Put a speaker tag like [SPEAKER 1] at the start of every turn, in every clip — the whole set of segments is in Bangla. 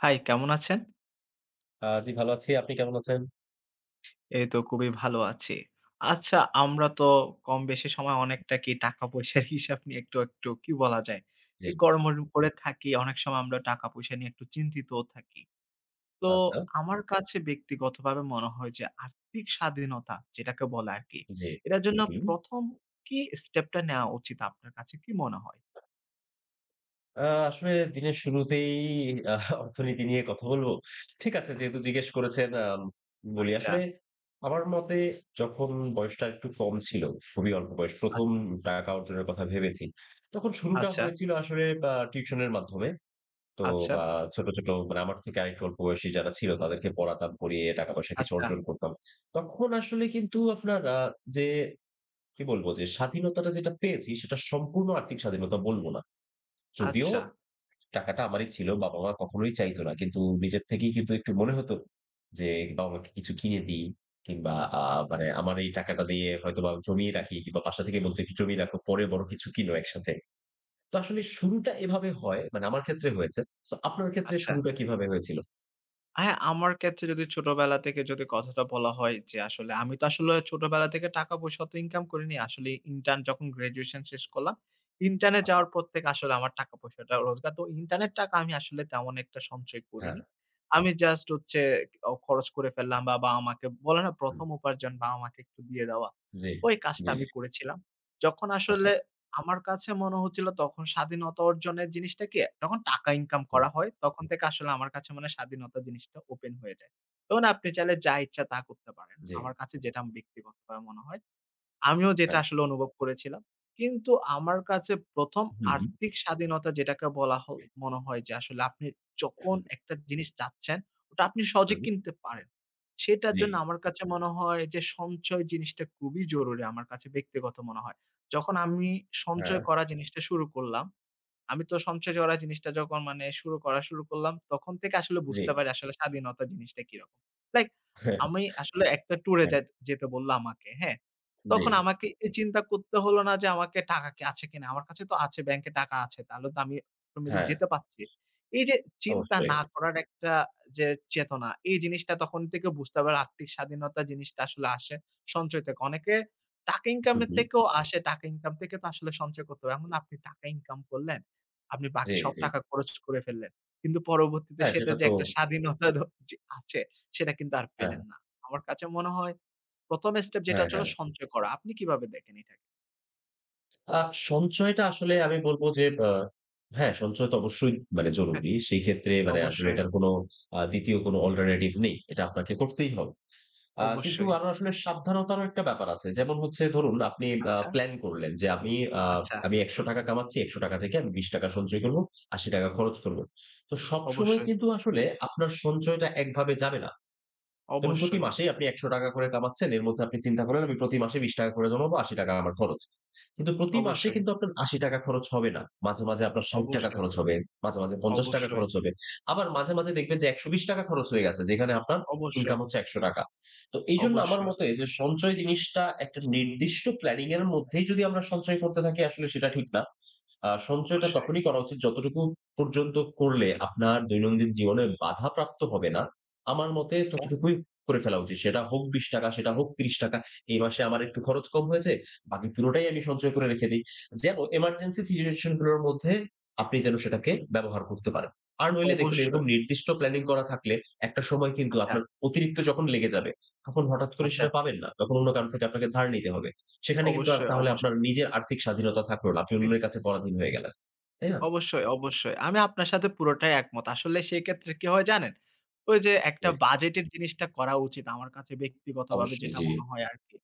[SPEAKER 1] হাই, কেমন আছেন?
[SPEAKER 2] জি, ভালো আছি। আপনি কেমন আছেন?
[SPEAKER 1] এই তো খুবই ভালো আছি। আচ্ছা, আমরা তো কম-বেশি সময় অনেকটা কি টাকা-পয়সার হিসাব নিয়ে একটু কি বলা যায়?
[SPEAKER 2] জি।
[SPEAKER 1] এই গড়মড় করে থাকি। অনেক সময় আমরা টাকা-পয়সা নিয়ে একটু চিন্তিতও থাকি। তো
[SPEAKER 2] আচ্ছা।
[SPEAKER 1] আমার কাছে ব্যক্তিগতভাবে মনে হয় যে আর্থিক স্বাধীনতা যেটাকে বলে আরকি,
[SPEAKER 2] জি।
[SPEAKER 1] এটার জন্য
[SPEAKER 2] হুম।
[SPEAKER 1] ১ম কি স্টেপটা নেওয়া উচিত আপনার কাছে কি মনে হয়?
[SPEAKER 2] আ আসলে দিনের শুরুতেই আ অর্থনীতি নিয়ে কথা বলব। ঠিক আছে, যেহেতু জিজ্ঞেস করেছেন, বলি।
[SPEAKER 1] আচ্ছা,
[SPEAKER 2] আসলে আমার মতে, যখন বয়সটা একটু কম ছিল, খুবই অল্প বয়স ১ম
[SPEAKER 1] আচ্ছা,
[SPEAKER 2] টাকা অর্জনের কথা ভেবেছি। তখন শুরুটা
[SPEAKER 1] আচ্ছা,
[SPEAKER 2] হয়েছিল আসলে টিউশনের মাধ্যমে। তো
[SPEAKER 1] আচ্ছা,
[SPEAKER 2] আ ছোট, ছোট মানে আমার থেকে আরেকটু অল্প বয়সী যারা ছিল তাদেরকে পড়াতাম, পড়িয়ে টাকা পয়সা কিছু
[SPEAKER 1] আচ্ছা,
[SPEAKER 2] অর্জন করতাম। তখন আসলে কিন্তু আপনার আ যে কি বলব যে, স্বাধীনতাটা যেটা পেয়েছি সেটা সম্পূর্ণ আর্থিক স্বাধীনতা বলব না। যদিও
[SPEAKER 1] আচ্ছা,
[SPEAKER 2] টাকাটা আমারই ছিল। বাবা-মা কখনোই চাইতো না। কিন্তু নিজের থেকেই কিন্তু একটু মনে হতো যে, বাবা-মাকে কিছু কিনে দিই, কিংবা আ মানে আমার এই টাকাটা দিয়ে হয়তোবা জমিয়ে রাখি, কিংবা বাসা থেকে বলতো একটু জমিয়ে রাখো, পরে বড় কিছু কিনো একসাথে। তো আসলে শুরুটা এভাবে হয়, মানে আমার ক্ষেত্রে হয়েছে। সো আপনার ক্ষেত্রে
[SPEAKER 1] আচ্ছা।
[SPEAKER 2] শুরুটা কিভাবে হয়েছিল?
[SPEAKER 1] হ্যাঁ, আমার ক্ষেত্রে যদি ছোটবেলা থেকে যদি কথাটা বলা হয় যে আসলে আমি তো ছোটবেলা থেকে টাকা-পয়সা তো ইনকাম করিনি। আসলে ইন্টার্ন যখন গ্র্যাজুয়েশন শেষ করলাম, ইন্টার্নে
[SPEAKER 2] আচ্ছা।
[SPEAKER 1] যাওয়ার পর থেকে আসলে আমার টাকা-পয়সাটা রোজগার। তো ইন্টার্নের টাকা আমি আসলে তেমন একটা সঞ্চয়
[SPEAKER 2] হ্যাঁ।
[SPEAKER 1] করিনি। আমি জাস্ট হচ্ছে খরচ করে ফেললাম বা বাবা-মাকে বলে না
[SPEAKER 2] হুম।
[SPEAKER 1] ১ম উপার্জন বাবা-মাকে একটু দিয়ে দেওয়া।
[SPEAKER 2] জি,
[SPEAKER 1] ওই কাজটা
[SPEAKER 2] জি, জি।
[SPEAKER 1] আমি করেছিলাম। যখন
[SPEAKER 2] আচ্ছা।
[SPEAKER 1] আসলে আমার কাছে মনে হচ্ছিল তখন স্বাধীনতা অর্জনের জিনিসটা কি, যখন টাকা ইনকাম
[SPEAKER 2] হুম।
[SPEAKER 1] করা হয় তখন থেকে আসলে আমার কাছে মনে হয় স্বাধীনতা জিনিসটা ওপেন হয়ে যায়। তখন আপনি চাইলে যা ইচ্ছা তা করতে পারেন।
[SPEAKER 2] জি।
[SPEAKER 1] আমার কাছে যেটা ব্যক্তিগতভাবে মনে হয়। আমিও যেটা
[SPEAKER 2] হ্যাঁ।
[SPEAKER 1] আসলে অনুভব করেছিলাম। কিন্তু আমার কাছে ১ম
[SPEAKER 2] হুম, হুম।
[SPEAKER 1] আর্থিক স্বাধীনতা যেটাকে বলা হ মনে হয় যে আসলে আপনি যখন একটা জিনিস চাচ্ছেন, ওটা আপনি
[SPEAKER 2] হুম,
[SPEAKER 1] সহজে
[SPEAKER 2] হুম।
[SPEAKER 1] কিনতে পারেন। সেটার
[SPEAKER 2] জি।
[SPEAKER 1] জন্য আমার কাছে মনে হয় যে সঞ্চয় জিনিসটা খুবই জরুরি আমার কাছে ব্যক্তিগত মনে হয়। যখন আমি
[SPEAKER 2] হ্যাঁ,
[SPEAKER 1] সঞ্চয় করা জিনিসটা শুরু করলাম আমি তো সঞ্চয় জড়া জিনিসটা যখন মানে শুরু করা শুরু করলাম, তখন থেকে আসলে
[SPEAKER 2] জি।
[SPEAKER 1] বুঝতে পারি আসলে স্বাধীনতা জিনিসটা কিরকম। লাইক
[SPEAKER 2] হ্যাঁ,
[SPEAKER 1] আমি আসলে একটা ট্যুরে
[SPEAKER 2] হ্যাঁ।
[SPEAKER 1] যাই যেতে বলল আমাকে, হ্যাঁ?
[SPEAKER 2] জি।
[SPEAKER 1] তখন আমাকে এই চিন্তা করতে হলো না যে আমাকে টাকা কি আছে কিনা? আমার কাছে তো আছে, ব্যাংকে টাকা আছে। তাহলে তো আমি অটোমেটিক
[SPEAKER 2] হ্যাঁ,
[SPEAKER 1] যেতে পারছি। এই যে চিন্তা
[SPEAKER 2] অবশ্যই।
[SPEAKER 1] না করার একটা যে চেতনা, এই জিনিসটা তখন থেকে বুঝতে পারে আর্থিক স্বাধীনতা জিনিসটা আসলে আসে সঞ্চয় থেকে। অনেকে টাকা ইনকাম
[SPEAKER 2] হু,
[SPEAKER 1] এর
[SPEAKER 2] হু।
[SPEAKER 1] থেকেও আসে, টাকা ইনকাম থেকে তো আসলে সঞ্চয় করতে হবে। এমন না আপনি টাকা ইনকাম করলেন আপনি
[SPEAKER 2] জি,
[SPEAKER 1] বাকি সব
[SPEAKER 2] জি।
[SPEAKER 1] টাকা খরচ করে ফেললেন। কিন্তু পরবর্তীতে
[SPEAKER 2] হ্যাঁ,
[SPEAKER 1] সেটা
[SPEAKER 2] সেটা
[SPEAKER 1] যে
[SPEAKER 2] তো।
[SPEAKER 1] একটা স্বাধীনতা দ যে আছে সেটা কিন্তু আর
[SPEAKER 2] হ্যাঁ,
[SPEAKER 1] পেলেন না। আমার কাছে মনে হয় ১ম স্টেপ যেটা
[SPEAKER 2] হ্যাঁ,
[SPEAKER 1] হচ্ছে
[SPEAKER 2] হ্যাঁ।
[SPEAKER 1] হলো সঞ্চয় করা। আপনি কিভাবে দেখেন এটাকে?
[SPEAKER 2] আ সঞ্চয়টা আসলে আমি বলব যে, হ্যাঁ, সঞ্চয় তো অবশ্যই মানে
[SPEAKER 1] হ্যাঁ।
[SPEAKER 2] জরুরি। সেই ক্ষেত্রে মানে আসলে
[SPEAKER 1] অবশ্যই,
[SPEAKER 2] এটার কোন ২য় কোন অল্টারনেটিভ নেই। এটা আপনাকে করতেই হবে। কিন্তু
[SPEAKER 1] অবশ্যই।
[SPEAKER 2] আরো আসলে সাবধানতারও একটা ব্যাপার আছে। যেমন হচ্ছে, ধরুন আপনি
[SPEAKER 1] আচ্ছা,
[SPEAKER 2] প্ল্যান করলেন যে, আ
[SPEAKER 1] আচ্ছা।
[SPEAKER 2] আমি ৳১০০ কামাচ্ছি, ৳১০০ থেকে আমি ৳২০ সঞ্চয় করব, ৳৮০ খরচ করব। তো সবসময়
[SPEAKER 1] অবশ্যই,
[SPEAKER 2] কিন্তু আসলে আপনার সঞ্চয়টা একভাবে যাবে না। এবং প্রতি
[SPEAKER 1] অবশ্যই,
[SPEAKER 2] মাসেই আপনি ৳১০০ করে কামাচ্ছেন। এর মধ্যে আপনি চিন্তা করেন আমি প্রতি মাসে ৳২০ করে জমাবো, ৳৮০ আমার খরচ। কিন্তু প্রতি মাসে
[SPEAKER 1] অবশ্যই,
[SPEAKER 2] কিন্তু আপনার ৳৮০ খরচ হবে না। মাঝে, মাঝে আপনার ৳৬০
[SPEAKER 1] অবশ্যই,
[SPEAKER 2] খরচ হবে, মাঝে, মাঝে ৳৫০
[SPEAKER 1] অবশ্যই,
[SPEAKER 2] খরচ হবে। আবার মাঝে, মাঝে দেখবেন যে, ৳১২০ খরচ হয়ে গেছে যেখানে আপনার
[SPEAKER 1] অবশ্যই,
[SPEAKER 2] ইনকাম হচ্ছে ৳১০০। তো এইজন্য আমার
[SPEAKER 1] অবশ্যই,
[SPEAKER 2] মতে, যে সঞ্চয় জিনিসটা একটা নির্দিষ্ট প্ল্যানিং এর মধ্যেই যদি আমরা সঞ্চয় করতে থাকি, আসলে সেটা ঠিক না। সঞ্চয়টা
[SPEAKER 1] অবশ্যই।
[SPEAKER 2] তখনই করা উচিত যতটুকু পর্যন্ত করলে আপনার দৈনন্দিন জীবনে বাধাপ্রাপ্ত হবে না। আমার মতে
[SPEAKER 1] আচ্ছা,
[SPEAKER 2] ততটুকুই করে ফেলা উচিত। সেটা হোক ৳20, সেটা হোক ৳30, এই মাসে আমার একটু খরচ কম হয়েছে, বাকি পুরোটাই আমি সঞ্চয় করে রেখে দেই, যেন এমার্জেন্সি সিচুয়েশন গুলোর মধ্যে আপনি যেন সেটাকে ব্যবহার করতে পারেন। আর নইলে দেখুন, এরকম
[SPEAKER 1] অবশ্যই।
[SPEAKER 2] নির্দিষ্ট প্ল্যানিং করা থাকলে একটা সময় কিন্তু
[SPEAKER 1] আচ্ছা,
[SPEAKER 2] আপনার অতিরিক্ত যখন লেগে যাবে, তখন হঠাৎ করে
[SPEAKER 1] আচ্ছা।
[SPEAKER 2] সেটা পাবেন না। তখন অন্য কারো থেকে আপনাকে ধার নিতে হবে। সেখানে কিন্তু আর
[SPEAKER 1] অবশ্যই,
[SPEAKER 2] তাহলে
[SPEAKER 1] অবশ্যই।
[SPEAKER 2] আপনার নিজের আর্থিক স্বাধীনতা থাকলো না। আপনি অন্যের কাছে পরাধীন হয়ে গেলেন। তাই না?
[SPEAKER 1] অবশ্যই, অবশ্যই। আমি আপনার সাথে পুরোটাই একমত। আসলে সেক্ষেত্রে কি হয় জানেন? ওই যে একটা
[SPEAKER 2] জি।
[SPEAKER 1] বাজেটের জিনিসটা করা উচিত আমার কাছে ব্যক্তিগতভাবে
[SPEAKER 2] অবশ্যই
[SPEAKER 1] যেটা
[SPEAKER 2] জি।
[SPEAKER 1] মনে হয় আরকি।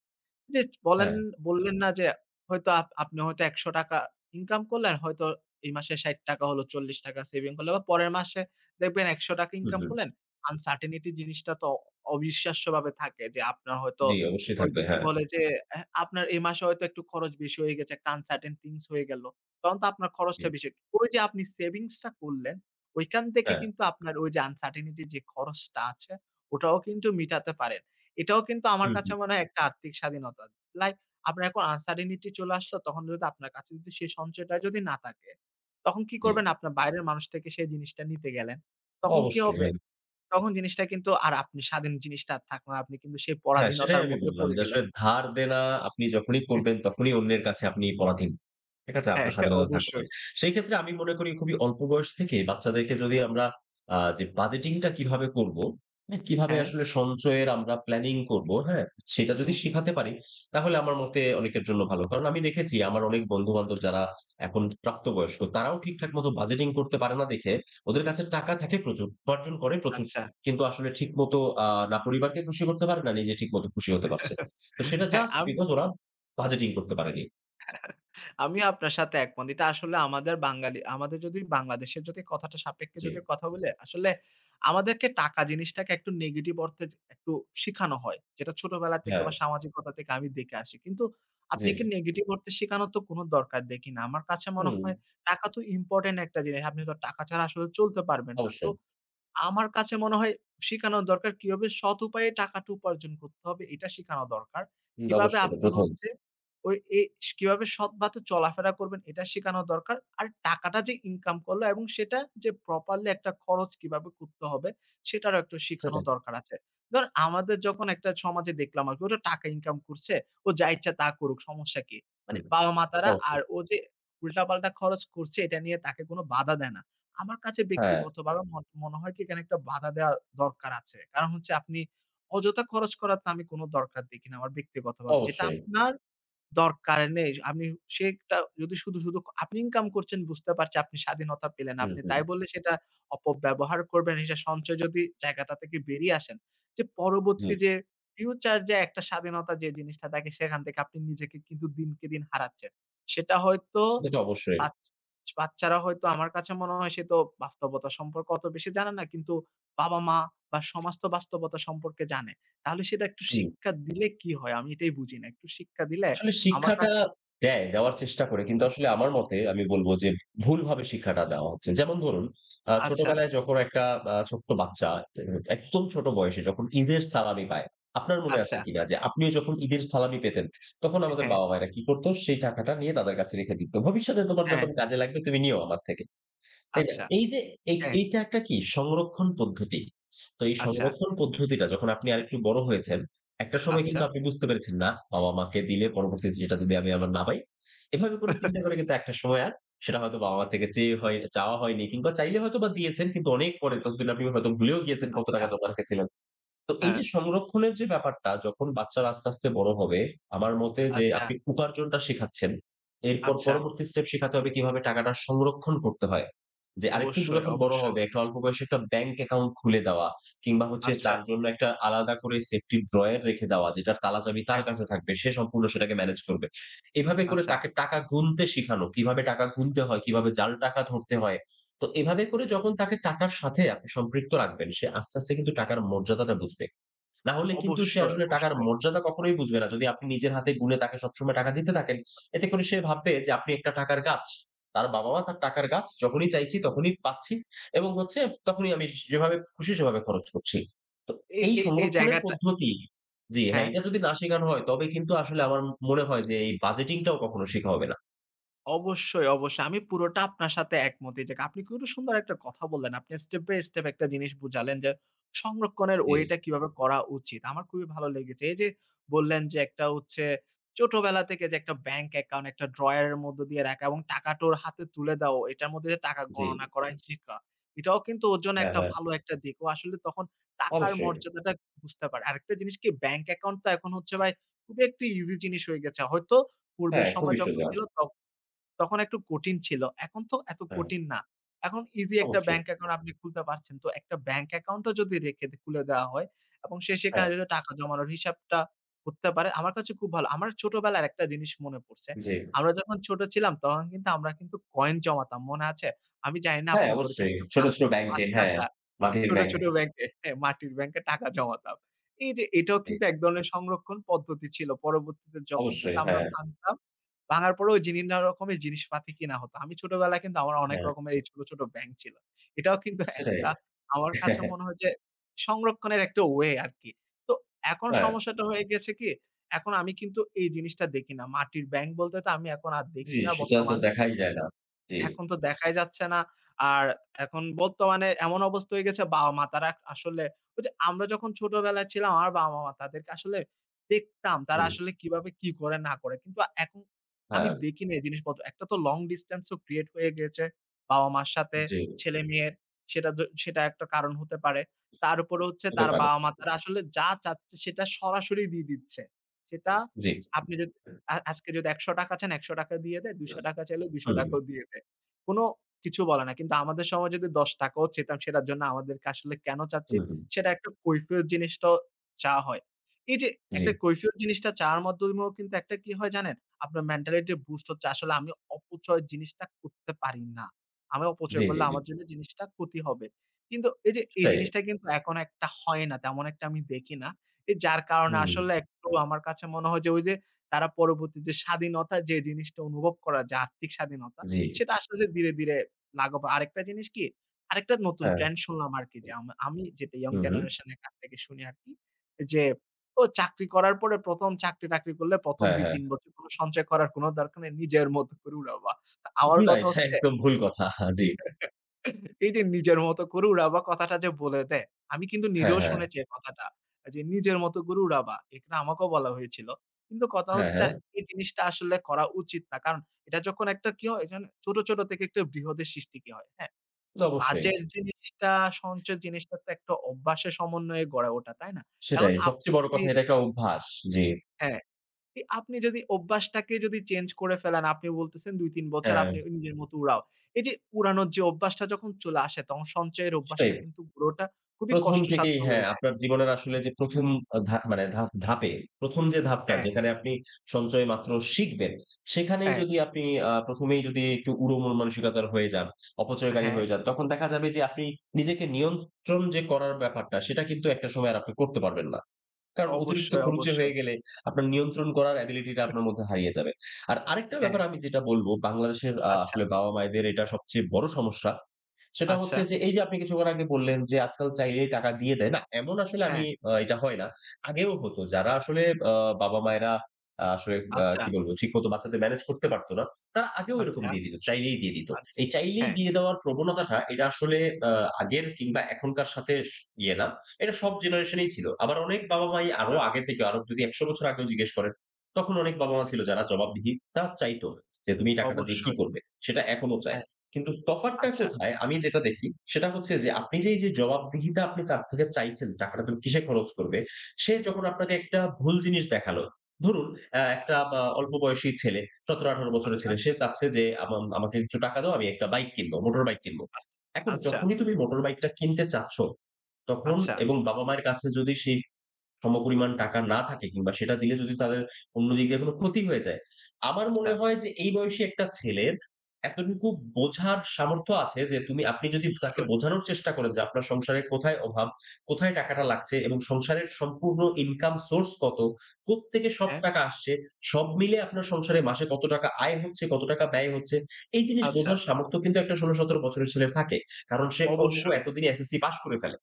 [SPEAKER 1] যে বলেন
[SPEAKER 2] হ্যাঁ।
[SPEAKER 1] বললেন না যে হয়তো আপনি হয়তো ৳১০০ ইনকাম করলেন, হয়তো এই মাসে ৳৬০ হলো, ৳৪০ সেভিং করলেন বা পরের মাসে দেখবেন ৳১০০
[SPEAKER 2] হু,
[SPEAKER 1] ইনকাম
[SPEAKER 2] হু।
[SPEAKER 1] করলেন। আনসার্টেনিটি জিনিসটা তো অবিশ্বাস্যভাবে থাকে যে আপনার হয়তো
[SPEAKER 2] জি, অবশ্যই
[SPEAKER 1] ওই
[SPEAKER 2] থাকবে।
[SPEAKER 1] যে কি
[SPEAKER 2] হ্যাঁ।
[SPEAKER 1] বলে যে আপনার এই মাসে হয়তো একটু খরচ বেশি হয়ে গেছে, একটা আনসার্টেন থিংস হয়ে গেল। তখন তো আপনার
[SPEAKER 2] জি।
[SPEAKER 1] খরচটা বেশি। ওই যে আপনি সেভিংস টা করলেন, ওইখান থেকে
[SPEAKER 2] হ্যাঁ।
[SPEAKER 1] কিন্তু আপনার ওই যে আনসার্টেনিটি যে খরচটা আছে, ওটাও কিন্তু মিটাতে পারেন। এটাও কিন্তু
[SPEAKER 2] হু,
[SPEAKER 1] আমার কাছে
[SPEAKER 2] হু।
[SPEAKER 1] মনে হয় একটা আর্থিক স্বাধীনতা। লাইক আপনার এখন আনসার্টেনিটি চলে আসলো তখন যদি আপনার কাছে যদি সেই সঞ্চয়টা যদি না থাকে, তখন কি
[SPEAKER 2] জি।
[SPEAKER 1] করবেন? আপনার বাইরের মানুষ থেকে সেই জিনিসটা নিতে গেলেন। তখন কি
[SPEAKER 2] অবশ্যই।
[SPEAKER 1] হবে?
[SPEAKER 2] হ্যাঁ।
[SPEAKER 1] তখন জিনিসটা কিন্তু আর আপনি স্বাধীন জিনিসটা আর থাকলো না। আপনি কিন্তু সেই
[SPEAKER 2] হ্যাঁ, সেটাই
[SPEAKER 1] পরাধীনতার
[SPEAKER 2] আমি
[SPEAKER 1] মধ্যে
[SPEAKER 2] বললাম
[SPEAKER 1] পড়ে
[SPEAKER 2] যে,
[SPEAKER 1] গেলেন।
[SPEAKER 2] আসলে ধার দেনা আপনি যখনই করবেন তখনই অন্যের কাছে আপনি পরাধীন। ঠিক আছে?
[SPEAKER 1] হ্যাঁ,
[SPEAKER 2] আপনার স্বাধীনতা থাকবে না।
[SPEAKER 1] অবশ্যই।
[SPEAKER 2] সেই ক্ষেত্রে আমি মনে করি, খুবই অল্প বয়স থেকেই বাচ্চাদেরকে যদি আমরা যে বাজেটিংটা কিভাবে করব, হ্যাঁ? কিভাবে
[SPEAKER 1] হ্যাঁ,
[SPEAKER 2] আসলে সঞ্চয়ের আমরা প্ল্যানিং করব, হ্যাঁ? সেটা যদি
[SPEAKER 1] হুম,
[SPEAKER 2] শিখাতে পারি, তাহলে আমার মতে অনেকের জন্য ভালো। কারণ আমি দেখেছি, আমার অনেক বন্ধু-বান্ধব যারা এখন প্রাপ্তবয়স্ক, তারাও ঠিকঠাক মতো বাজেটিং করতে পারে না দেখে ওদের কাছে টাকা থাকে প্রচুর, উপার্জন করে প্রচুর,
[SPEAKER 1] আচ্ছা।
[SPEAKER 2] কিন্তু আসলে ঠিকমতো আ না পরিবারকে খুশি করতে পারে, না নিজে ঠিকমতো খুশি হতে পারছে। তো সেটা
[SPEAKER 1] হ্যাঁ,
[SPEAKER 2] জাস্ট
[SPEAKER 1] আমি
[SPEAKER 2] বিকজ ওরা বাজেটিং করতে পারেনি।
[SPEAKER 1] আমিও আপনার সাথে একমত। এটা আসলে আমাদের বাঙালি আমাদের যদি বাংলাদেশের যদি কথাটা সাপেক্ষে
[SPEAKER 2] জি।
[SPEAKER 1] যদি কথা বলে, আসলে আমাদেরকে টাকা জিনিসটাকে একটু নেগেটিভ অর্থে একটু শিখানো হয়। যেটা ছোটবেলা থেকে
[SPEAKER 2] হ্যাঁ,
[SPEAKER 1] বা সামাজিকতা থেকে আমি দেখে আসি। কিন্তু আপনি
[SPEAKER 2] জি।
[SPEAKER 1] কি নেগেটিভ অর্থে শেখানোর তো কোনো দরকার দেখি না। আমার কাছে মনে
[SPEAKER 2] হুম,
[SPEAKER 1] হয় টাকা তো ইম্পোর্টেন্ট একটা জিনিস। আপনি তো টাকা ছাড়া আসলে চলতে পারবেন না।
[SPEAKER 2] অবশ্যই।
[SPEAKER 1] আমার কাছে মনে হয় শিখানো দরকার কিভাবে সৎ উপায়ে টাকাটা উপার্জন করতে হবে এটা শিখানো দরকার।
[SPEAKER 2] হুম,
[SPEAKER 1] কিভাবে
[SPEAKER 2] অবশ্যই। এটা
[SPEAKER 1] আপনি
[SPEAKER 2] ১ম।
[SPEAKER 1] হচ্ছে ওই এ কিভাবে সৎভাবে চলাফেরা করবেন এটা শিখানো দরকার। আর টাকাটা যে ইনকাম করলো এবং সেটা যে প্রপারলি একটা খরচ কিভাবে করতে হবে সেটারও একটু শিখানো
[SPEAKER 2] সেটাই তো।
[SPEAKER 1] দরকার আছে। ধরেন আমাদের যখন একটা সমাজে দেখলাম আরকি ওটা টাকা ইনকাম করছে, ও যা ইচ্ছা তা করুক সমস্যা কি? মানে
[SPEAKER 2] হুম,
[SPEAKER 1] বাবা-মা তারা
[SPEAKER 2] অবশ্যই।
[SPEAKER 1] আর ও যে উল্টাপাল্টা খরচ করছে এটা নিয়ে তাকে কোন বাধা দেয় না। আমার কাছে
[SPEAKER 2] হ্যাঁ,
[SPEAKER 1] ব্যক্তিগতভাবে মনে হয় কি এখানে একটা বাধা দেওয়া দরকার আছে। কারণ হচ্ছে আপনি অযথা খরচ করার তো আমি কোনো দরকার দেখি না আমার ব্যক্তিগতভাবে। যেটা
[SPEAKER 2] অবশ্যই।
[SPEAKER 1] আপনার দরকার নেই। আপনি সেটা যদি শুধু আপনি ইনকাম করছেন বুঝতে পারছি আপনি স্বাধীনতা পেলেন।
[SPEAKER 2] হুম,
[SPEAKER 1] আপনি
[SPEAKER 2] হুম।
[SPEAKER 1] তাই বলে সেটা অপব্যবহার করবেন এটা সঞ্চয় যদি জায়গাটা থেকে বেরিয়ে আসেন, যে
[SPEAKER 2] জি,
[SPEAKER 1] পরবর্তী যে ফিউচার যে একটা স্বাধীনতা যে জিনিসটা থাকে সেখান থেকে আপনি নিজেকে কিন্তু দিনকে দিন হারাচ্ছেন। সেটা হয়তো
[SPEAKER 2] সেটা তো অবশ্যই।
[SPEAKER 1] বাচ বাচ্চারা হয়তো আমার কাছে মনে হয় সে তো বাস্তবতা সম্পর্কে অত বেশি জানে না। কিন্তু বাবা-মা বা সমাজ তো বাস্তবতা সম্পর্কে জানে। তাহলে সেটা একটু
[SPEAKER 2] হুম।
[SPEAKER 1] শিক্ষা দিলে কি হয়? আমি এটাই বুঝি না। একটু শিক্ষা দিলে
[SPEAKER 2] আসলে
[SPEAKER 1] আমার
[SPEAKER 2] শিক্ষাটা
[SPEAKER 1] কাছে
[SPEAKER 2] দেওয়ার চেষ্টা করে। কিন্তু আসলে আমার মতে আমি বলব যে, ভুলভাবে শিক্ষাটা দেওয়া হচ্ছে। যেমন ধরুন,
[SPEAKER 1] আচ্ছা,
[SPEAKER 2] ছোটবেলায় যখন একটা ছোট্ট বাচ্চা, এ একদম ছোট বয়সে যখন ঈদের সালামি পায়, আপনার মনে
[SPEAKER 1] আচ্ছা,
[SPEAKER 2] আছে কিনা যে, আপনিও যখন ঈদের সালামি পেতেন, তখন আমাদের
[SPEAKER 1] হ্যাঁ,
[SPEAKER 2] বাবা-মায়েরা কি করত? সেই টাকাটা নিয়ে তাদের কাছে রেখে দিত। ভবিষ্যতে তোমার
[SPEAKER 1] হ্যাঁ,
[SPEAKER 2] যখন কাজে লাগবে তুমি নিও আমার থেকে। তাই না?
[SPEAKER 1] আচ্ছা,
[SPEAKER 2] এই যে,
[SPEAKER 1] হ্যাঁ,
[SPEAKER 2] এইটা একটা কি সংরক্ষণ পদ্ধতি। তো এই
[SPEAKER 1] আচ্ছা,
[SPEAKER 2] সংরক্ষণ পদ্ধতিটা যখন আপনি আরেকটু বড় হয়েছেন, একটা সময়
[SPEAKER 1] আচ্ছা,
[SPEAKER 2] কিন্তু আপনি বুঝতে পেরেছেন না, বাবা-মাকে দিলে পরবর্তীতে সেটা যদি আমি আমার না পাই। এভাবে করে চিন্তা করে কিন্তু একটা সময় আর সেটা হয়তো বাবা-মা থেকে চেয়ে হয় চাওয়া হয়নি, কিংবা চাইলে হয়তোবা দিয়েছেন কিন্তু অনেক পরে, ততদিন আপনি হয়তো ভুলেও গিয়েছেন কত
[SPEAKER 1] আচ্ছা,
[SPEAKER 2] টাকা জমা রেখেছিলেন। তো এই
[SPEAKER 1] হ্যাঁ,
[SPEAKER 2] যে সংরক্ষণের যে ব্যাপারটা, যখন বাচ্চারা আস্তে, আস্তে বড় হবে, আমার মতে যে,
[SPEAKER 1] আচ্ছা,
[SPEAKER 2] আপনি উপার্জনটা শেখাচ্ছেন। এরপর
[SPEAKER 1] আচ্ছা,
[SPEAKER 2] পরবর্তী স্টেপ শেখাতে হবে কিভাবে টাকাটা সংরক্ষণ করতে হয়। যে আরেকটু
[SPEAKER 1] অবশ্যই,
[SPEAKER 2] যখন বড়
[SPEAKER 1] অবশ্যই,
[SPEAKER 2] হবে, একটা অল্প বয়সে একটা ব্যাংক অ্যাকাউন্ট খুলে দেওয়া, কিংবা হচ্ছে
[SPEAKER 1] আচ্ছা,
[SPEAKER 2] তার জন্য একটা আলাদা করে সেফটি ড্রয়ার রেখে দেওয়া যেটার তালা চাবি তার
[SPEAKER 1] হ্যাঁ,
[SPEAKER 2] কাছে থাকবে। সে সম্পূর্ণ সেটাকে ম্যানেজ করবে। এভাবে করে
[SPEAKER 1] আচ্ছা,
[SPEAKER 2] তাকে টাকা গুনতে শিখানো, কিভাবে টাকা গুনতে হয়, কিভাবে জাল টাকা ধরতে হয়। তো এভাবে করে যখন তাকে টাকার সাথে আপনি সম্পৃক্ত রাখবেন, সে আস্তে, আস্তে কিন্তু
[SPEAKER 1] হ্যাঁ,
[SPEAKER 2] টাকার মর্যাদাটা বুঝবে। না হলে কিন্তু সে
[SPEAKER 1] অবশ্যই,
[SPEAKER 2] আসলে টাকার
[SPEAKER 1] অবশ্যই।
[SPEAKER 2] মর্যাদা কখনোই বুঝবে না। যদি আপনি নিজের হাতে গুণে তাকে সবসময় টাকা দিতে থাকেন, এতে করে সে ভাববে যে, আপনি একটা টাকার গাছ। তার বাবা-মা তার টাকার গাছ। যখনই চাইছি তখনই পাচ্ছি, এবং হচ্ছে তখনই আমি যেভাবে খুশি সেভাবে খরচ করছি। তো
[SPEAKER 1] এই
[SPEAKER 2] এই
[SPEAKER 1] এই এই
[SPEAKER 2] সংরক্ষণের
[SPEAKER 1] জায়গাটা
[SPEAKER 2] পদ্ধতি, জি, হ্যাঁ,
[SPEAKER 1] হ্যাঁ।
[SPEAKER 2] এটা যদি না শেখানো হয় তবে কিন্তু আসলে আমার মনে হয় যে, এই বাজেটিংটাও কখনো শেখা হবে না।
[SPEAKER 1] অবশ্যই, অবশ্যই। আমি পুরোটা আপনার সাথে একমত। এইযে আপনি কিন্তু সুন্দর একটা কথা বললেন। আপনি স্টেপ বাই স্টেপ একটা জিনিস বুঝালেন যে সংরক্ষণের
[SPEAKER 2] জি,
[SPEAKER 1] ওয়েটা কিভাবে করা উচিত। আমার খুবই ভালো লেগেছে। এইযে বললেন যে একটা হচ্ছে ছোটবেলা থেকে যে একটা ব্যাংক অ্যাকাউন্ট একটা ড্রয়ারের মধ্য দিয়ে রাখা এবং টাকাটা ওর হাতে তুলে দেওয়া, এটার মধ্যে যে টাকা
[SPEAKER 2] জি।
[SPEAKER 1] গণনা করা শেখা। এটাও কিন্তু ওর জন্য
[SPEAKER 2] হ্যাঁ,
[SPEAKER 1] একটা
[SPEAKER 2] হ্যাঁ।
[SPEAKER 1] ভালো একটা দিক। ও আসলে তখন টাকার
[SPEAKER 2] অবশ্যই।
[SPEAKER 1] মর্যাদাটা বুঝতে পারে। আরেকটা জিনিস কি ব্যাংক অ্যাকাউন্ট তো এখন হচ্ছে ভাই খুবই একটা ইজি জিনিস হয়ে গেছে। হয়তো পূর্বের
[SPEAKER 2] হ্যাঁ,
[SPEAKER 1] সময়
[SPEAKER 2] খুবই
[SPEAKER 1] যখন
[SPEAKER 2] সোজা।
[SPEAKER 1] ছিল তখন একটু কঠিন ছিল। এখন তো এত
[SPEAKER 2] হ্যাঁ,
[SPEAKER 1] কঠিন না। এখন ইজি একটা
[SPEAKER 2] অবশ্যই।
[SPEAKER 1] ব্যাংক অ্যাকাউন্ট আপনি খুলতে পারছেন। তো একটা ব্যাংক অ্যাকাউন্টও যদি রেখে দে খুলে দেওয়া হয় এবং সে সেখানে
[SPEAKER 2] হ্যাঁ,
[SPEAKER 1] যদি টাকা জমানোর হিসাবটা করতে পারে, আমার কাছে খুব ভালো। আমার ছোটবেলার একটা জিনিস মনে পড়ছে।
[SPEAKER 2] জি।
[SPEAKER 1] আমরা যখন ছোট ছিলাম তখন কিন্তু আমরা কিন্তু কয়েন জমাতাম। মনে আছে? আমি জানি না
[SPEAKER 2] হ্যাঁ,
[SPEAKER 1] আপনি করেছেন
[SPEAKER 2] অবশ্যই।
[SPEAKER 1] কিন্তু
[SPEAKER 2] ছোট,
[SPEAKER 1] পাঁচ
[SPEAKER 2] ছোট ব্যাংকে, হ্যাঁ,
[SPEAKER 1] ৳৫
[SPEAKER 2] মাটির
[SPEAKER 1] ছোট,
[SPEAKER 2] ব্যাংক।
[SPEAKER 1] ছোট ব্যাংকে হ্যাঁ, মাটির ব্যাংকে টাকা জমাতাম। এই যে এটাও
[SPEAKER 2] জি,
[SPEAKER 1] কিন্তু এক ধরনের সংরক্ষণ পদ্ধতি ছিল। পরবর্তীতে যখন কিন্তু
[SPEAKER 2] অবশ্যই।
[SPEAKER 1] আমরা
[SPEAKER 2] হ্যাঁ,
[SPEAKER 1] ভাঙতাম ভাঙার পরেও জিনিনা রকমের জিনিসপাতি কিনা হতো। আমি ছোটবেলায় কিন্তু আমার অনেক
[SPEAKER 2] হ্যাঁ,
[SPEAKER 1] রকমের এই ছোট, ছোট ব্যাংক ছিল। এটাও কিন্তু
[SPEAKER 2] সেটাই।
[SPEAKER 1] একটা আমার কাছে মনে হয় যে সংরক্ষণের একটা ওয়ে আরকি। তো এখন
[SPEAKER 2] হ্যাঁ,
[SPEAKER 1] সমস্যাটা হয়ে গেছে কি? এখন আমি কিন্তু এই জিনিসটা দেখি না। মাটির ব্যাংক বলতে তো আমি এখন আর দেখি
[SPEAKER 2] জি,
[SPEAKER 1] না
[SPEAKER 2] সচরাচর
[SPEAKER 1] বর্তমানে।
[SPEAKER 2] দেখাই যায় না। জি,
[SPEAKER 1] এখন তো দেখাই যাচ্ছে না। আর এখন বর্তমানে এমন অবস্থা হয়ে গেছে বাবা-মা তারা আসলে ওই যে আমরা যখন ছোটবেলায় ছিলাম আমার বাবা-মা তাদেরকে আসলে দেখতাম তারা
[SPEAKER 2] হুম,
[SPEAKER 1] আসলে কিভাবে কি করে না করে। কিন্তু এখন আমি
[SPEAKER 2] হ্যাঁ,
[SPEAKER 1] দেখি না এই জিনিসপত্র। একটা তো লং ডিসট্যান্স ও ক্রিয়েট হয়ে গিয়েছে বাবা-মার সাথে
[SPEAKER 2] জি,
[SPEAKER 1] ছেলে-মেয়ের। সেটা একটা কারণ হতে পারে। তার উপরে হচ্ছে
[SPEAKER 2] হতে
[SPEAKER 1] তার
[SPEAKER 2] পারে।
[SPEAKER 1] বাবা-মা তারা আসলে যা চাচ্ছে সেটা সরাসরি দিয়ে দিচ্ছে। সেটা
[SPEAKER 2] জি,
[SPEAKER 1] আপনি যদি আজকে যদি ৳১০০ চান ৳১০০ দিয়ে দেয়, ৳২০০ চাইলে
[SPEAKER 2] হুম,
[SPEAKER 1] ৳২০০ ও দিয়ে দেয়। কোনো কিছু বলে না। কিন্তু আমাদের সময় যদি ৳১০ চেতাম সেটার জন্য আমাদেরকে আসলে কেন চাচ্ছে
[SPEAKER 2] হুম, হুম,
[SPEAKER 1] সেটা একটা কৈফিয়ত জিনিসটাও চাওয়া হয়। এই যে
[SPEAKER 2] জি,
[SPEAKER 1] একটা কৈফিয়ত জিনিসটা চাওয়ার মাধ্যমেও কিন্তু একটা কি হয় জানেন? আপনার মেন্টালিটি বুস্ট হচ্ছে আসলে আমি অপচয় জিনিসটা করতে পারি না। আমি
[SPEAKER 2] জি,
[SPEAKER 1] অপচয়
[SPEAKER 2] জি,
[SPEAKER 1] করলে
[SPEAKER 2] জি,
[SPEAKER 1] আমার জন্য জিনিসটা ক্ষতি হবে। কিন্তু এই যে এই
[SPEAKER 2] সেটাই।
[SPEAKER 1] জিনিসটা কিন্তু এখন একটা হয় না। তেমন একটা আমি দেখি না। এ যার কারণে
[SPEAKER 2] হুম,
[SPEAKER 1] আসলে একটু আমার কাছে মনে হয় যে ওই যে তারা পরবর্তী যে স্বাধীনতা যে জিনিসটা অনুভব করা যায় আর্থিক স্বাধীনতা
[SPEAKER 2] জি,
[SPEAKER 1] সেটা আস্তে ধীরে লাঘব হয়। আরেকটা জিনিস কি? আরেকটা নতুন
[SPEAKER 2] হ্যাঁ,
[SPEAKER 1] ট্রেন্ড শুনলাম আরকি যে আমি যেটা ইয়ং
[SPEAKER 2] হুম, হুম,
[SPEAKER 1] জেনারেশন এর কাছ থেকে শুনি আরকি। যে ও চাকরি করার পরে ১ম চাকরি-টাকরি করলে ১ম
[SPEAKER 2] হ্যাঁ, হ্যাঁ।
[SPEAKER 1] ২-৩ বছর কোন সঞ্চয় করার কোন দরকার নেই। নিজের মতো করে উড়াবা। তা আমার
[SPEAKER 2] না,
[SPEAKER 1] কথা
[SPEAKER 2] এটা
[SPEAKER 1] হচ্ছে
[SPEAKER 2] একদম ভুল কথা। জি,
[SPEAKER 1] এই যে নিজের মতো করে উড়াবা কথাটা যে বলে দেয়, আমি কিন্তু
[SPEAKER 2] হ্যাঁ,
[SPEAKER 1] নিজেও
[SPEAKER 2] হ্যাঁ,
[SPEAKER 1] শুনেছি এই কথাটা। যে নিজের মতো করে উড়াবা। এটা আমাকেও বলা হয়েছিল। কিন্তু কথা
[SPEAKER 2] হ্যাঁ,
[SPEAKER 1] হচ্ছে
[SPEAKER 2] হ্যাঁ,
[SPEAKER 1] এই জিনিসটা আসলে করা উচিত না। কারণ এটা যখন একটা কি হয় জানেন? ছোট, ছোট থেকে একটা বৃহদের সৃষ্টি কি হয়, হ্যাঁ?
[SPEAKER 2] অবশ্যই।
[SPEAKER 1] বাজের জিনিসটা সঞ্চয়ের জিনিসটা তো একটা অভ্যাসের সমন্বয়ে গড়ে ওঠা, তাই না? এখন
[SPEAKER 2] সেটাই।
[SPEAKER 1] আপনি
[SPEAKER 2] সবচেয়ে বড়
[SPEAKER 1] যদি
[SPEAKER 2] কথা, এটা একটা অভ্যাস। জি,
[SPEAKER 1] হ্যাঁ। আপনি যদি অভ্যাসটাকে যদি চেঞ্জ করে ফেলেন, আপনি বলতেছেন ২-৩ বছর
[SPEAKER 2] হ্যাঁ,
[SPEAKER 1] আপনি নিজের মতো উড়াও। এই যে উড়ানোর যে অভ্যাসটা যখন চলে আসে তখন সঞ্চয়ের
[SPEAKER 2] সেটাই।
[SPEAKER 1] অভ্যাসটা কিন্তু পুরোটা খুবই
[SPEAKER 2] প্রথম
[SPEAKER 1] কষ্টসাধ্য
[SPEAKER 2] থেকেই,
[SPEAKER 1] হয়ে
[SPEAKER 2] হ্যাঁ,
[SPEAKER 1] যায়।
[SPEAKER 2] আপনার জীবনের আসলে যে ১ম আ ধা মানে ধা ধাপে, ১ম যে ধাপটা
[SPEAKER 1] হ্যাঁ,
[SPEAKER 2] যেখানে আপনি সঞ্চয় মাত্র শিখবেন, সেখানেই
[SPEAKER 1] হ্যাঁ,
[SPEAKER 2] যদি আপনি ১ম এই যদি একটু উড়ো মন মানসিকতার হয়ে যান, অপচয়কারী
[SPEAKER 1] হ্যাঁ,
[SPEAKER 2] হয়ে যান, তখন দেখা যাবে যে, আপনি নিজেকে নিয়ন্ত্রণ যে করার ব্যাপারটা, সেটা কিন্তু একটা সময় আর আপনি করতে পারবেন না। কারণ অতিরিক্ত
[SPEAKER 1] অবশ্যই,
[SPEAKER 2] খরুচে
[SPEAKER 1] অবশ্যই।
[SPEAKER 2] হয়ে গেলে আপনার নিয়ন্ত্রণ করার এবিলিটি টা আপনার মধ্যে হারিয়ে যাবে। আর আরেকটা
[SPEAKER 1] হ্যাঁ,
[SPEAKER 2] ব্যাপার আমি যেটা বলব, বাংলাদেশের
[SPEAKER 1] আচ্ছা,
[SPEAKER 2] আসলে বাবা-মায়েদের এটা সবচেয়ে বড় সমস্যা। সেটা
[SPEAKER 1] আচ্ছা,
[SPEAKER 2] হচ্ছে যে, এই যে আপনি কিছুক্ষণ আগে বললেন যে, আজকাল চাইলেই টাকা দিয়ে দেয়। না, এমন আসলে আমি
[SPEAKER 1] হ্যাঁ,
[SPEAKER 2] এটা হয় না। আগেও হতো। যারা আসলে আ বাবা-মায়েরা আসলে
[SPEAKER 1] আচ্ছা,
[SPEAKER 2] কি বলব, ঠিকমতো বাচ্চাদের ম্যানেজ করতে পারত না, তারা আগেও এরকম
[SPEAKER 1] আচ্ছা,
[SPEAKER 2] দিয়ে দিত। চাইলেই দিয়ে দিত।
[SPEAKER 1] আচ্ছা,
[SPEAKER 2] এই চাইলেই
[SPEAKER 1] হ্যাঁ,
[SPEAKER 2] দিয়ে দেওয়ার প্রবণতাটা, এটা আসলে আ আগের কিংবা এখনকার সাথে ইয়ে না। এটা সব জেনারেশনেই ছিল। আবার অনেক বাবা-মাই, আরো
[SPEAKER 1] আ
[SPEAKER 2] আগে থেকে, আরো যদি ১০০ বছর আগেও জিজ্ঞেস করেন, তখন অনেক বাবা-মা ছিল যারা জবাবদিহিতা চাইতো, যে, "তুমি এই টাকাটা দিয়ে কি
[SPEAKER 1] অবশ্যই,
[SPEAKER 2] করবে?" সেটা এখনো চায়।
[SPEAKER 1] হ্যাঁ,
[SPEAKER 2] কিন্তু তফাৎটা
[SPEAKER 1] আচ্ছা,
[SPEAKER 2] কোথায়? আমি যেটা দেখি সেটা হচ্ছে যে, আপনি যে এই যে জবাবদিহিতা আপনি তার থেকে চাইছেন, টাকাটা তুমি কিসে খরচ করবে, সে যখন আপনাকে একটা ভুল জিনিস দেখালো। ধরুন, একটা বা অল্প বয়সী ছেলে, ১৭-১৮ বছরের
[SPEAKER 1] আচ্ছা,
[SPEAKER 2] ছেলে, সে চাচ্ছে যে, আমাকে কিছু টাকা দাও, আমি একটা বাইক কিনবো, মোটর বাইক কিনবো।"
[SPEAKER 1] আচ্ছা,
[SPEAKER 2] এখন
[SPEAKER 1] আচ্ছা,
[SPEAKER 2] যখনই তুমি মোটর বাইকটা কিনতে চাচ্ছ, তখন
[SPEAKER 1] আচ্ছা,
[SPEAKER 2] এবং বাবা-মায়ের কাছে যদি সেই সমপরিমাণ টাকা না থাকে, কিংবা সেটা দিলে যদি তাদের অন্য দিক দিয়ে কোনো ক্ষতি হয়ে যায়, আমার
[SPEAKER 1] আচ্ছা,
[SPEAKER 2] মনে হয় যে, এই বয়সী একটা ছেলের এতটুকু বোঝার সামর্থ্য আছে যে, আপনি যদি তাকে বোঝানোর চেষ্টা করেন যে, আপনার সংসারে কোথায় অভাব, কোথায় টাকাটা লাগছে, এবং সংসারের সম্পূর্ণ ইনকাম সোর্স কত, কোত্থেকে সব
[SPEAKER 1] হ্যাঁ,
[SPEAKER 2] টাকা আসছে, সব মিলে আপনার সংসারে মাসে কত টাকা আয় হচ্ছে, কত টাকা ব্যয় হচ্ছে, এই জিনিস
[SPEAKER 1] আচ্ছা,
[SPEAKER 2] বোঝার সামর্থ্য কিন্তু একটা ১৬-১৭ বছরের ছেলের থাকে। কারণ সে অঙ্ক
[SPEAKER 1] অবশ্যই,
[SPEAKER 2] এতদিনে এসএসসি পাস করে ফেলে।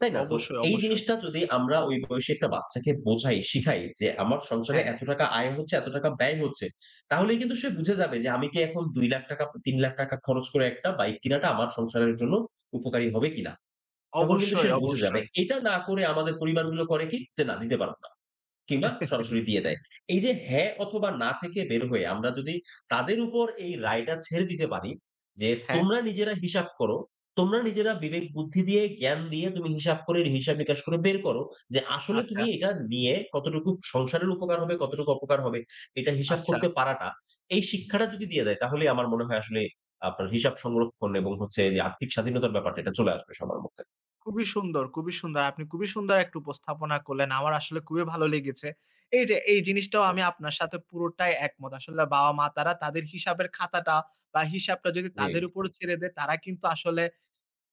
[SPEAKER 2] তাই না? তো
[SPEAKER 1] অবশ্যই,
[SPEAKER 2] এই
[SPEAKER 1] অবশ্যই,
[SPEAKER 2] জিনিসটা যদি আমরা ওই বয়সী একটা বাচ্চাকে বোঝাই, শিখাই যে, আমার সংসারে
[SPEAKER 1] হ্যাঁ,
[SPEAKER 2] এত টাকা আয় হচ্ছে, এত টাকা ব্যয় হচ্ছে, তাহলেই কিন্তু সে বুঝে যাবে যে, আমি কি এখন ৳২,০০,০০০ ৳৩,০০,০০০ খরচ করে একটা বাইক কিনাটা আমার সংসারের জন্য উপকারী হবে কিনা। তখন কিন্তু
[SPEAKER 1] অবশ্যই,
[SPEAKER 2] সে বুঝে যাবে।
[SPEAKER 1] অবশ্যই।
[SPEAKER 2] এটা না করে আমাদের পরিবারগুলো করে কি? যে, না দিতে পারব না, কিংবা সরাসরি দিয়ে দেয়। এই যে হ্যাঁ অথবা না থেকে বের হয়ে আমরা যদি তাদের উপর এই রায়টা ছেড়ে দিতে পারি যে,
[SPEAKER 1] হ্যাঁ,
[SPEAKER 2] "তোমরা নিজেরা হিসাব করো। তোমরা নিজেরা বিবেক বুদ্ধি দিয়ে, জ্ঞান দিয়ে তুমি হিসাব করে, হিসাব-নিকাশ করে বের করো যে, আসলে
[SPEAKER 1] আচ্ছা,
[SPEAKER 2] তুমি এটা নিয়ে কতটুকু সংসারের উপকার হবে, কতটুকু অপকার হবে।" এটা হিসাব
[SPEAKER 1] আচ্ছা।
[SPEAKER 2] করতে পারাটা, এই শিক্ষাটা যদি দিয়ে দেয় তাহলেই আমার মনে হয় আসলে আপনার হিসাব সংরক্ষণ এবং হচ্ছে যে, আর্থিক স্বাধীনতার ব্যাপারটা এটা চলে আসবে সবার মধ্যে।
[SPEAKER 1] খুবই সুন্দর, খুবই সুন্দর। আপনি খুবই সুন্দর একটা উপস্থাপনা করলেন। আমার আসলে খুবই ভালো লেগেছে। এই যে এই জিনিসটাও আমি আপনার সাথে পুরোটাই একমত। আসলে বাবা-মা তারা তাদের হিসাবের খাতাটা বা হিসাবটা যদি
[SPEAKER 2] জি,
[SPEAKER 1] তাদের উপর ছেড়ে দেয়, তারা কিন্তু আসলে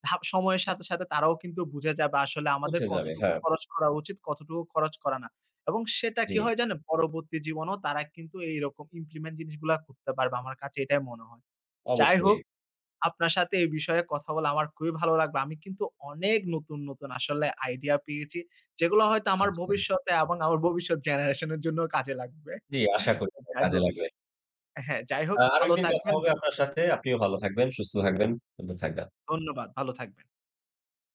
[SPEAKER 1] ধাপ সময়ের সাথে, সাথে তারাও কিন্তু বুঝে যাবে আসলে আমাদের
[SPEAKER 2] পৌঁছে যাবে।
[SPEAKER 1] কতটুকু
[SPEAKER 2] হ্যাঁ,
[SPEAKER 1] খরচ করা উচিত, কতটুকু খরচ করা না। এবং সেটা
[SPEAKER 2] জি,
[SPEAKER 1] কি হয় জানেন? পরবর্তী জীবনেও তারা কিন্তু এইরকম ইমপ্লিমেন্ট জিনিসগুলা করতে পারবে। আমার কাছে এটাই মনে হয়। যাই হোক
[SPEAKER 2] অবশ্যই।
[SPEAKER 1] আপনার সাথে এই বিষয়ে কথা বলে আমার খুবই ভালো লাগবে। আমি কিন্তু অনেক নতুন আসলে আইডিয়া পেয়েছি। যেগুলো হয়তো আমার
[SPEAKER 2] আচ্ছা।
[SPEAKER 1] ভবিষ্যতে এবং আমার ভবিষ্যৎ জেনারেশন এর জন্যও কাজে লাগবে।
[SPEAKER 2] জি, আশা করি
[SPEAKER 1] যাই
[SPEAKER 2] কাজে
[SPEAKER 1] হোক
[SPEAKER 2] লাগবে।
[SPEAKER 1] হ্যাঁ, যাই হোক
[SPEAKER 2] আরো
[SPEAKER 1] ভালো
[SPEAKER 2] একদিন কথা
[SPEAKER 1] থাকবেন।
[SPEAKER 2] হবে আপনার সাথে। আপনিও ভালো থাকবেন, সুস্থ থাকবেন, সুন্দর থাকবেন।
[SPEAKER 1] ধন্যবাদ। ভালো থাকবেন।